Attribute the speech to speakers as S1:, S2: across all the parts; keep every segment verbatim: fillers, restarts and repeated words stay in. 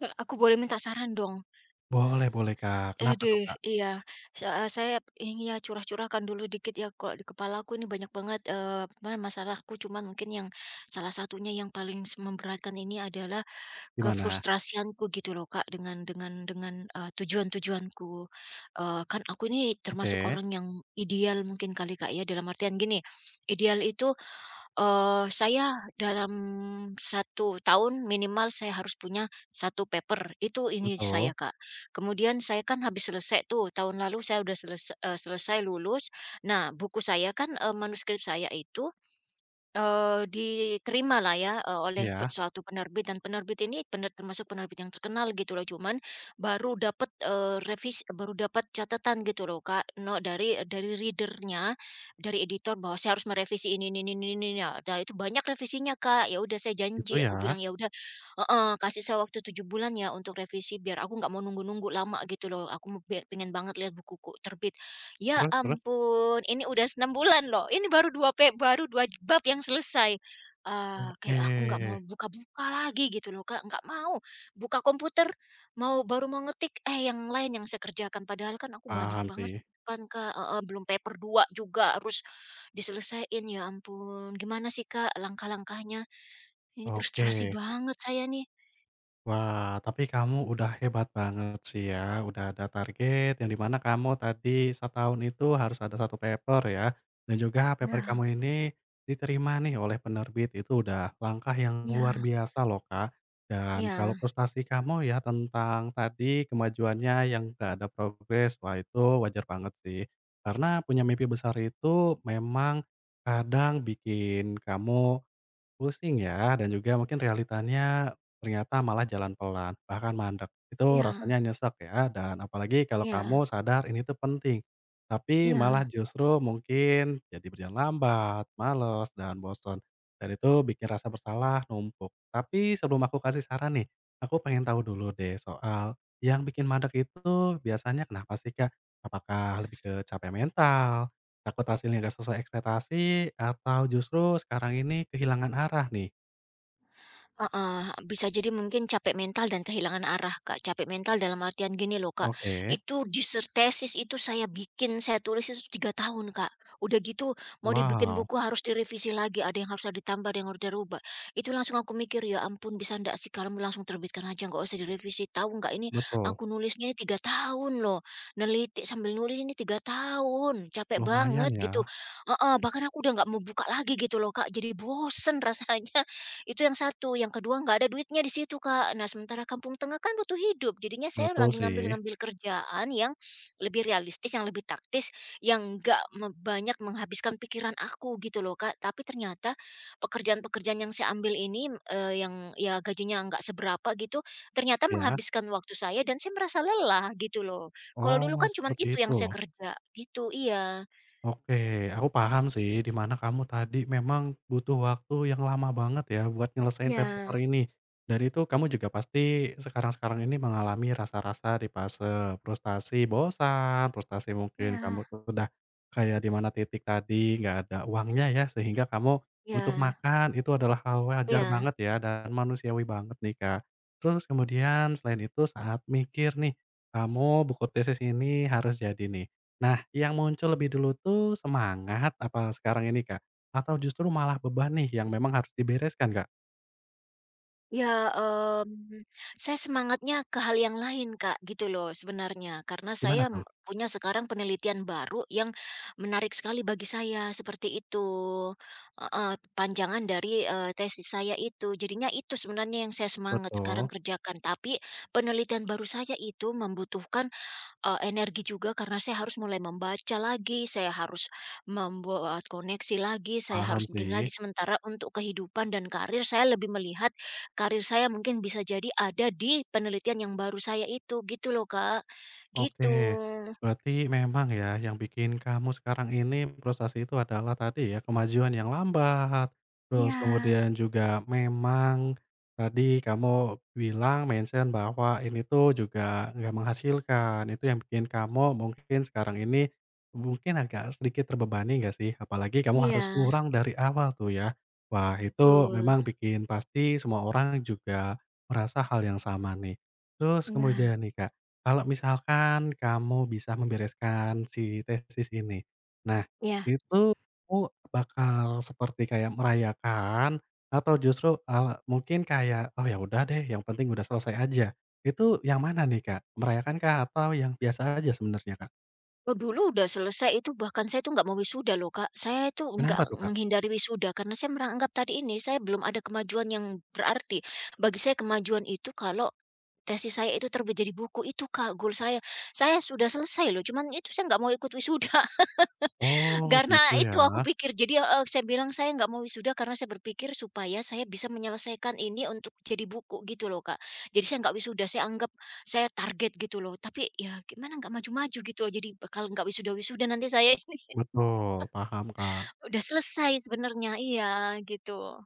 S1: Eee, aku boleh minta saran dong?
S2: Boleh boleh, Kak.
S1: Eh
S2: Kenapa tuh,
S1: deh
S2: Kak?
S1: Iya, se eee, saya ingin ya curah-curahkan dulu dikit ya, kok di kepala aku ini banyak banget, eee, apa, masalahku cuman mungkin yang salah satunya yang paling s memberatkan ini adalah
S2: Gimana?
S1: kefrustrasianku gitu loh, Kak, dengan dengan dengan, eee, tujuan-tujuanku. Eee, kan aku ini termasuk
S2: Oke,
S1: orang yang ideal mungkin kali, Kak, ya, dalam artian gini, ideal itu Eee, saya dalam satu tahun minimal saya harus punya satu paper, itu ini
S2: betul.
S1: saya, Kak. Kemudian saya kan habis selesai tuh, tahun lalu saya udah selesa selesai lulus. Nah, buku saya kan, eee, manuskrip saya itu Eee, lah ya, eee, oleh pe
S2: Iya,
S1: suatu penerbit, dan penerbit ini pener termasuk penerbit yang terkenal gitu loh, cuman baru dapat, revisi baru dapat catatan gitu loh, Kak, no dari dari readernya, dari editor bahwa saya harus merevisi ini ini ini ini ini, nah nah itu banyak revisinya, Kak, ya udah saya
S2: itu
S1: janji, aku
S2: ya.
S1: bilang, "Ya udah," heeh, "kasih saya waktu tujuh bulan ya untuk revisi biar aku nggak mau nunggu-nunggu lama," gitu loh, "aku mau be pengen banget lihat bukuku terbit." Ya
S2: Terus terus?
S1: ampun, ini udah s bulan loh, ini baru dua pe baru dua bab yang selesai. Ah,
S2: Oke,
S1: kayak aku nggak mau buka-buka lagi gitu loh, Kak, nggak mau. Buka komputer, mau baru mau ngetik, eh yang lain yang saya kerjakan, padahal kan aku banyak
S2: paham
S1: banget
S2: sih.
S1: kan, Kak, heeh, belum paper dua juga harus diselesaiin, ya ampun. Gimana sih, Kak, langkah-langkahnya? Ini frustrasi
S2: Oke.
S1: banget saya nih.
S2: Wah, tapi kamu udah hebat banget sih ya, udah ada target yang dimana kamu tadi setahun itu harus ada satu paper ya, dan juga paper
S1: Ya,
S2: kamu ini diterima nih oleh penerbit, itu udah langkah yang luar
S1: ya,
S2: biasa loh, Kak. Dan kalau
S1: ya,
S2: prestasi kamu ya tentang tadi kemajuannya yang gak ada progres, wah itu wajar banget sih. Karena punya mimpi besar itu memang kadang bikin kamu pusing ya, dan juga mungkin realitanya ternyata malah jalan pelan, bahkan mandek. Itu
S1: ya,
S2: rasanya nyesek ya, dan apalagi kalau
S1: ya,
S2: kamu sadar ini tuh penting, tapi malah
S1: ya.
S2: justru mungkin jadi berjalan lambat, males, dan bosen. Dan itu bikin rasa bersalah numpuk. Tapi sebelum aku kasih saran nih, aku pengen tahu dulu deh soal yang bikin mandek itu biasanya kenapa sih, Kak? Apakah lebih ke capek mental? Takut hasilnya nggak sesuai ekspektasi atau justru sekarang ini kehilangan arah nih?
S1: Heeh, bisa jadi mungkin capek mental dan kehilangan arah, Kak. Capek mental dalam artian gini loh, Kak,
S2: Oke,
S1: itu disertesis itu saya bikin, saya tulis itu tiga tahun, Kak. Udah gitu mau dibikin
S2: wow,
S1: buku harus direvisi lagi, ada yang harus ditambah, ada yang harus dirubah. Itu langsung aku mikir, "Ya ampun, bisa ndak sih kamu langsung terbitkan aja nggak usah direvisi, tahu nggak ini
S2: betul,
S1: aku nulisnya ini tiga tahun loh, neliti sambil nulis ini tiga tahun, capek
S2: lumayan
S1: banget,"
S2: ya,
S1: gitu. Heeh, bahkan aku udah nggak mau buka lagi gitu loh, Kak, jadi bosen rasanya. Itu yang satu, yang kedua nggak ada duitnya di situ, Kak. Nah, sementara kampung tengah kan butuh hidup, jadinya saya
S2: betul
S1: lagi
S2: sih,
S1: ngambil-ngambil kerjaan yang lebih realistis, yang lebih taktis, yang nggak me banyak menghabiskan pikiran aku gitu loh, Kak. Tapi ternyata pekerjaan-pekerjaan yang saya ambil ini, eee, yang ya gajinya nggak seberapa gitu, ternyata
S2: ya.
S1: menghabiskan waktu saya dan saya merasa lelah gitu loh. Kalau dulu
S2: Oh
S1: kan cuman
S2: seperti
S1: itu yang
S2: itu.
S1: saya kerja gitu, iya.
S2: Oke, aku paham sih di mana kamu tadi memang butuh waktu yang lama banget ya buat nyelesain
S1: Iya,
S2: paper ini. Dan itu kamu juga pasti sekarang-sekarang ini mengalami rasa-rasa di fase frustasi bosan, frustasi mungkin kamu
S1: iya,
S2: tuh udah kayak di mana titik tadi nggak ada uangnya ya sehingga kamu butuh
S1: iya,
S2: makan itu adalah hal wajar
S1: iya.
S2: banget ya dan manusiawi banget nih, Kak. Terus kemudian selain itu saat mikir nih, kamu buku tesis ini harus jadi nih. Nah, yang muncul lebih dulu tuh semangat apa sekarang ini, Kak? Atau justru malah beban nih yang memang harus dibereskan, Kak?
S1: Ya, mmm, saya semangatnya ke hal yang lain, Kak, gitu loh sebenarnya. Karena
S2: Gimana
S1: saya
S2: tuh?
S1: m punya sekarang penelitian baru yang menarik sekali bagi saya, seperti itu. Heeh, panjangan dari, eee, tesis saya itu. Jadinya itu sebenarnya yang saya semangat sekarang
S2: Betul,
S1: kerjakan. Tapi penelitian baru saya itu membutuhkan Eee, energi juga karena saya harus mulai membaca lagi, saya harus membuat koneksi lagi, saya
S2: paham
S1: harus begini
S2: sih.
S1: lagi. Sementara untuk kehidupan dan karir, saya lebih melihat karir saya mungkin bisa jadi ada di penelitian yang baru saya itu, gitu loh, Kak. Gitu.
S2: Oke, berarti memang ya yang bikin kamu sekarang ini frustasi itu adalah tadi ya kemajuan yang lambat, terus
S1: Ya,
S2: kemudian juga memang tadi kamu bilang mention bahwa ini tuh juga nggak menghasilkan, itu yang bikin kamu mungkin sekarang ini mungkin agak sedikit terbebani nggak sih? Apalagi kamu harus
S1: iya,
S2: ngurang dari awal tuh ya. Wah itu
S1: betul.
S2: memang bikin pasti semua orang juga merasa hal yang sama nih. Terus kemudian
S1: Ya,
S2: nih, Kak, kalau misalkan kamu bisa membereskan si tesis ini, nah
S1: ya.
S2: itu kamu bakal seperti kayak merayakan atau justru, ala mungkin kayak, "Oh ya udah deh yang penting udah selesai aja." Itu yang mana nih, Kak? Merayakan kak atau yang biasa aja sebenarnya, Kak?
S1: Oh, dulu udah selesai itu bahkan saya itu nggak mau wisuda loh, Kak. Saya itu
S2: Kenapa tuh,
S1: nggak
S2: Kak?
S1: menghindari wisuda karena saya menganggap tadi ini, saya belum ada kemajuan yang berarti. Bagi saya kemajuan itu kalau tesis saya itu terbit jadi buku itu, Kak, goal saya. Saya sudah selesai loh, cuman itu saya nggak mau ikut wisuda
S2: Oh
S1: karena
S2: gitu
S1: itu aku
S2: ya,
S1: pikir. Jadi heeh, saya bilang saya nggak mau wisuda karena saya berpikir supaya saya bisa menyelesaikan ini untuk jadi buku gitu loh, Kak. Jadi saya nggak wisuda, saya anggap saya target gitu loh. Tapi ya gimana nggak maju-maju gitu loh, jadi bakal nggak wisuda-wisuda nanti saya ini
S2: betul, paham, Kak.
S1: udah selesai sebenarnya, iya gitu.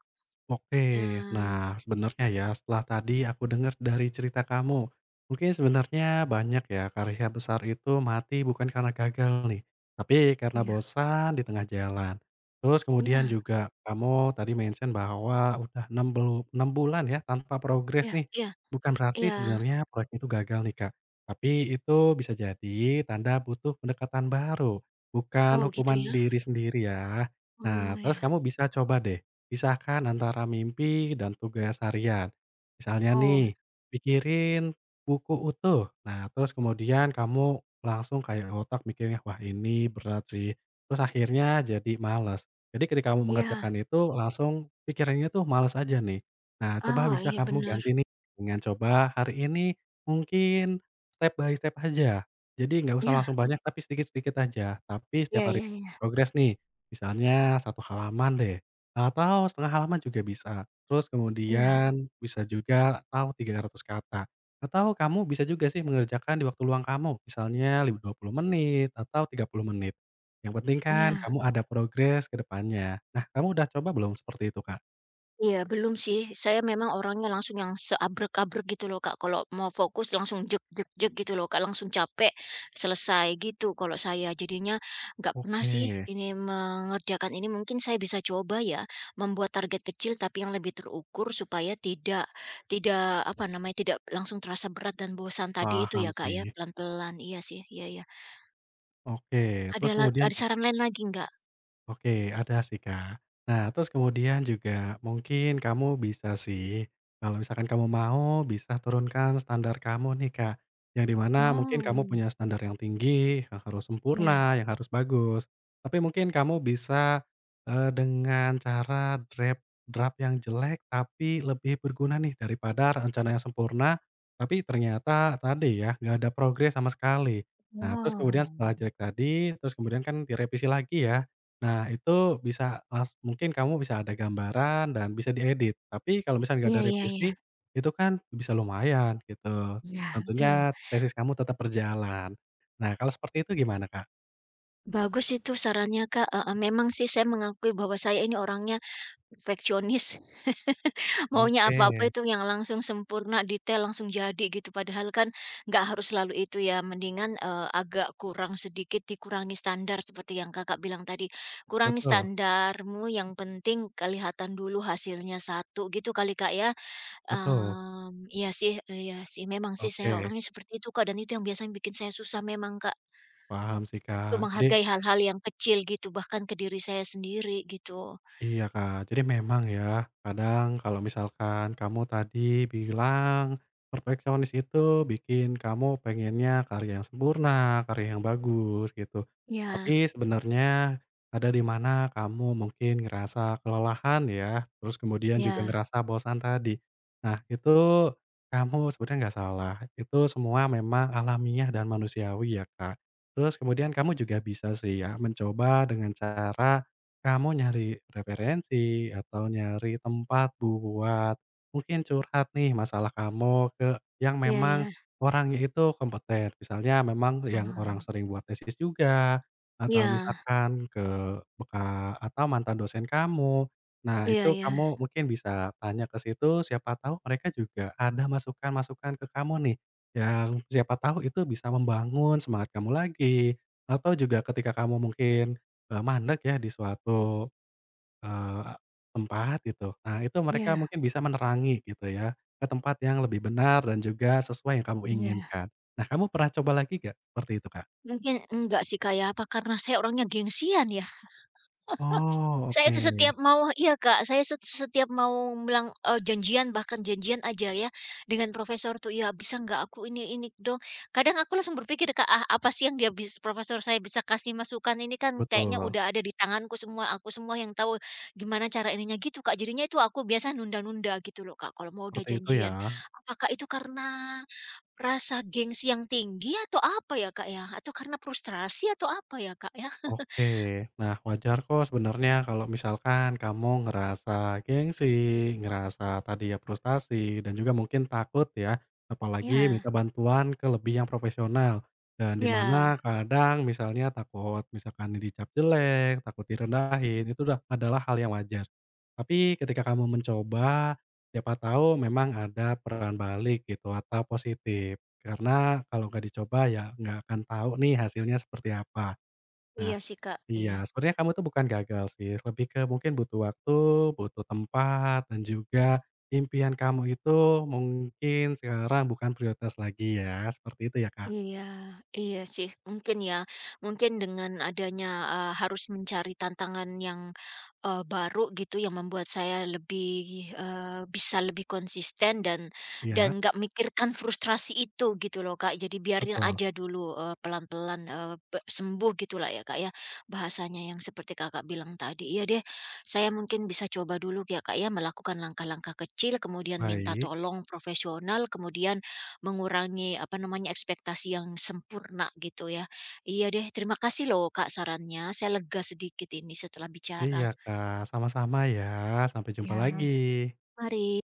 S2: Oke.
S1: Eee,
S2: Nah, sebenarnya ya, setelah tadi aku dengar dari cerita kamu, mungkin sebenarnya banyak ya karya besar itu mati bukan karena gagal nih, tapi karena
S1: Iya,
S2: bosan di tengah jalan. Terus kemudian
S1: iya,
S2: juga kamu tadi mention bahwa udah enam belu enam bulan ya tanpa progres
S1: iya.
S2: nih.
S1: Iya,
S2: Bukan berarti
S1: iya.
S2: sebenarnya proyek itu gagal nih, Kak, tapi itu bisa jadi tanda butuh pendekatan baru, bukan
S1: Oh gitu
S2: hukuman
S1: ya?
S2: diri sendiri ya. Nah,
S1: Oh
S2: terus
S1: ya.
S2: kamu bisa coba deh pisahkan antara mimpi dan tugas harian. Misalnya
S1: Oh,
S2: nih, pikirin buku utuh. Nah, terus kemudian kamu langsung kayak otak mikirnya, "Wah, ini berat sih." Terus akhirnya jadi males. Jadi ketika kamu
S1: iya.
S2: mengerjakan itu langsung pikirannya tuh males aja nih. Nah, coba
S1: Oh,
S2: bisa
S1: iya
S2: kamu
S1: benar.
S2: ganti nih dengan coba hari ini mungkin step by step aja. Jadi nggak usah
S1: Ya,
S2: langsung banyak tapi sedikit-sedikit aja. Tapi setiap
S1: ya,
S2: hari
S1: ya, ya,
S2: progres nih. Misalnya satu halaman deh. Atau setengah halaman juga bisa. Terus
S1: ya,
S2: kemudian bisa juga atau tiga ratus kata. Atau kamu bisa juga sih mengerjakan di waktu luang kamu, misalnya lib dua puluh menit atau tiga puluh menit. Yang penting Mmm. kan
S1: ya.
S2: kamu ada progres ke depannya. Nah, kamu udah coba belum seperti itu, Kak?
S1: Iya, belum sih. Saya memang orangnya langsung yang seabrek-abrek gitu loh, Kak. Kalau mau fokus langsung jek jek jek gitu loh, Kak, langsung capek, selesai gitu kalau saya. Jadinya nggak pernah sih
S2: Oke,
S1: ini mengerjakan ini. Mungkin saya bisa coba ya, membuat target kecil tapi yang lebih terukur supaya tidak tidak apa namanya, tidak langsung terasa berat dan bosan tadi itu
S2: paham
S1: ya, Kak,
S2: sih.
S1: ya, pelan-pelan. Iya sih, iya iya.
S2: Oke,
S1: Ada
S2: terus
S1: la
S2: kemudian.
S1: ada saran lain lagi nggak?
S2: Oke, ada sih, Kak. Nah, terus kemudian juga mungkin kamu bisa sih, kalau misalkan kamu mau bisa turunkan standar kamu nih, Kak, yang dimana mungkin kamu
S1: Oh,
S2: punya standar yang tinggi, yang harus
S1: ya.
S2: sempurna, yang harus bagus. Tapi mungkin kamu bisa, eee, dengan cara draft draft yang jelek, tapi lebih berguna nih daripada rencana yang sempurna, tapi ternyata tadi ya, nggak ada progres sama sekali. Nah, terus kemudian
S1: Oh,
S2: setelah jelek tadi, terus kemudian kan direvisi lagi ya. Nah, itu bisa las mungkin kamu bisa ada gambaran dan bisa diedit. Tapi kalau misalnya nggak
S1: iya
S2: ada
S1: iya
S2: revisi,
S1: iya.
S2: itu kan bisa lumayan gitu.
S1: Ya, betul.
S2: Tentunya tesis kamu tetap berjalan. Nah, kalau seperti itu gimana, Kak?
S1: Bagus itu sarannya, Kak, heeh, memang sih saya mengakui bahwa saya ini orangnya perfeksionis, maunya
S2: Oke,
S1: apa-apa itu yang langsung sempurna, detail, langsung jadi gitu, padahal kan nggak harus selalu itu ya, mendingan, eee, agak kurang sedikit, dikurangi standar seperti yang Kakak bilang tadi. Kurangi
S2: betul
S1: standarmu, yang penting kelihatan dulu hasilnya satu gitu kali, Kak, ya?
S2: betul.
S1: Mmm, iya sih iya sih, memang sih saya
S2: Oke,
S1: orangnya seperti itu, Kak, dan itu yang biasanya bikin saya susah memang, Kak.
S2: paham sih,
S1: Untuk
S2: Kak. Jadi,
S1: menghargai hal-hal yang kecil gitu, bahkan ke diri saya sendiri gitu.
S2: iya, Kak. Jadi memang ya, kadang kalau misalkan kamu tadi bilang perfeksionis itu bikin kamu pengennya karya yang sempurna, karya yang bagus gitu. Tapi
S1: Ya,
S2: sebenarnya ada di mana kamu mungkin ngerasa kelelahan ya, terus kemudian juga
S1: ya,
S2: ngerasa bosan tadi. Nah, itu kamu sebenarnya nggak salah. Itu semua memang alamiah dan manusiawi ya, Kak. Terus kemudian kamu juga bisa sih ya mencoba dengan cara kamu nyari referensi atau nyari tempat buat mungkin curhat nih masalah kamu ke yang
S1: ya,
S2: memang
S1: ya,
S2: orangnya itu kompeten. Misalnya memang yang orang
S1: ah,
S2: sering buat tesis juga, atau
S1: ya,
S2: misalkan ke beka atau mantan dosen kamu. Nah,
S1: ya,
S2: itu
S1: ya.
S2: kamu mungkin bisa tanya ke situ, siapa tahu mereka juga ada masukan-masukan ke kamu nih, yang siapa tahu itu bisa membangun semangat kamu lagi. Atau juga ketika kamu mungkin Eee, mandek ya di suatu, eee, tempat gitu. Nah itu mereka
S1: Iya,
S2: mungkin bisa menerangi gitu ya, ke tempat yang lebih benar dan juga sesuai yang kamu
S1: iya.
S2: inginkan. Nah kamu pernah coba lagi nggak seperti itu, Kak?
S1: Mungkin enggak sih kayak apa karena saya orangnya gengsian ya?
S2: Oh
S1: Saya
S2: oke,
S1: itu setiap mau iya, Kak, saya set setiap mau bilang, eee, janjian, bahkan janjian aja ya, dengan profesor tuh, "Ya bisa nggak aku ini ini dong." Kadang aku langsung berpikir, Kak, "Ah, apa sih yang dia bis profesor saya bisa kasih masukan ini, kan kayaknya
S2: betul.
S1: udah ada di tanganku semua, aku semua yang tahu gimana cara ininya." Gitu, Kak, jadinya itu aku biasa nunda-nunda gitu loh, Kak, kalau mau udah
S2: Seperti itu
S1: janjian.
S2: ya.
S1: Apakah itu karena rasa gengsi yang tinggi atau apa ya, Kak, ya? Atau karena frustrasi atau apa ya, Kak, ya?
S2: Oke. Nah, wajar kok sebenarnya kalau misalkan kamu ngerasa gengsi, ngerasa tadi ya frustasi, dan juga mungkin takut ya, apalagi
S1: Iya,
S2: minta bantuan ke lebih yang profesional. Dan di
S1: iya,
S2: mana kadang misalnya takut misalkan dicap jelek, takut direndahin, itu udah adalah hal yang wajar. Tapi ketika kamu mencoba, siapa tahu memang ada peran balik gitu atau positif. Karena kalau nggak dicoba ya nggak akan tahu nih hasilnya seperti apa. Nah,
S1: iya sih, Kak, iya.
S2: iya, sebenarnya kamu tuh bukan gagal sih, lebih ke mungkin butuh waktu, butuh tempat, dan juga impian kamu itu mungkin sekarang bukan prioritas lagi ya, seperti itu ya, Kak?
S1: Iya, iya sih, mungkin ya. Mungkin dengan adanya, eee, harus mencari tantangan yang Eee, baru gitu yang membuat saya lebih, eee, bisa lebih konsisten dan
S2: Iya,
S1: dan nggak mikirkan frustrasi itu gitu loh, Kak. Jadi biarin
S2: betul.
S1: aja dulu, eee, pelan-pelan, eee, be sembuh gitulah ya, Kak, ya, bahasanya yang seperti Kakak bilang tadi. Iya deh, saya mungkin bisa coba dulu ya, Kak, ya, melakukan langkah-langkah kecil, kemudian minta
S2: Baik.
S1: tolong profesional, kemudian mengurangi, apa namanya, ekspektasi yang sempurna gitu ya. Iya deh, terima kasih loh, Kak, sarannya. Saya lega sedikit ini setelah
S2: Iya,
S1: bicara.
S2: Kak, sama-sama ya, sampai jumpa
S1: Ya,
S2: lagi.
S1: mari.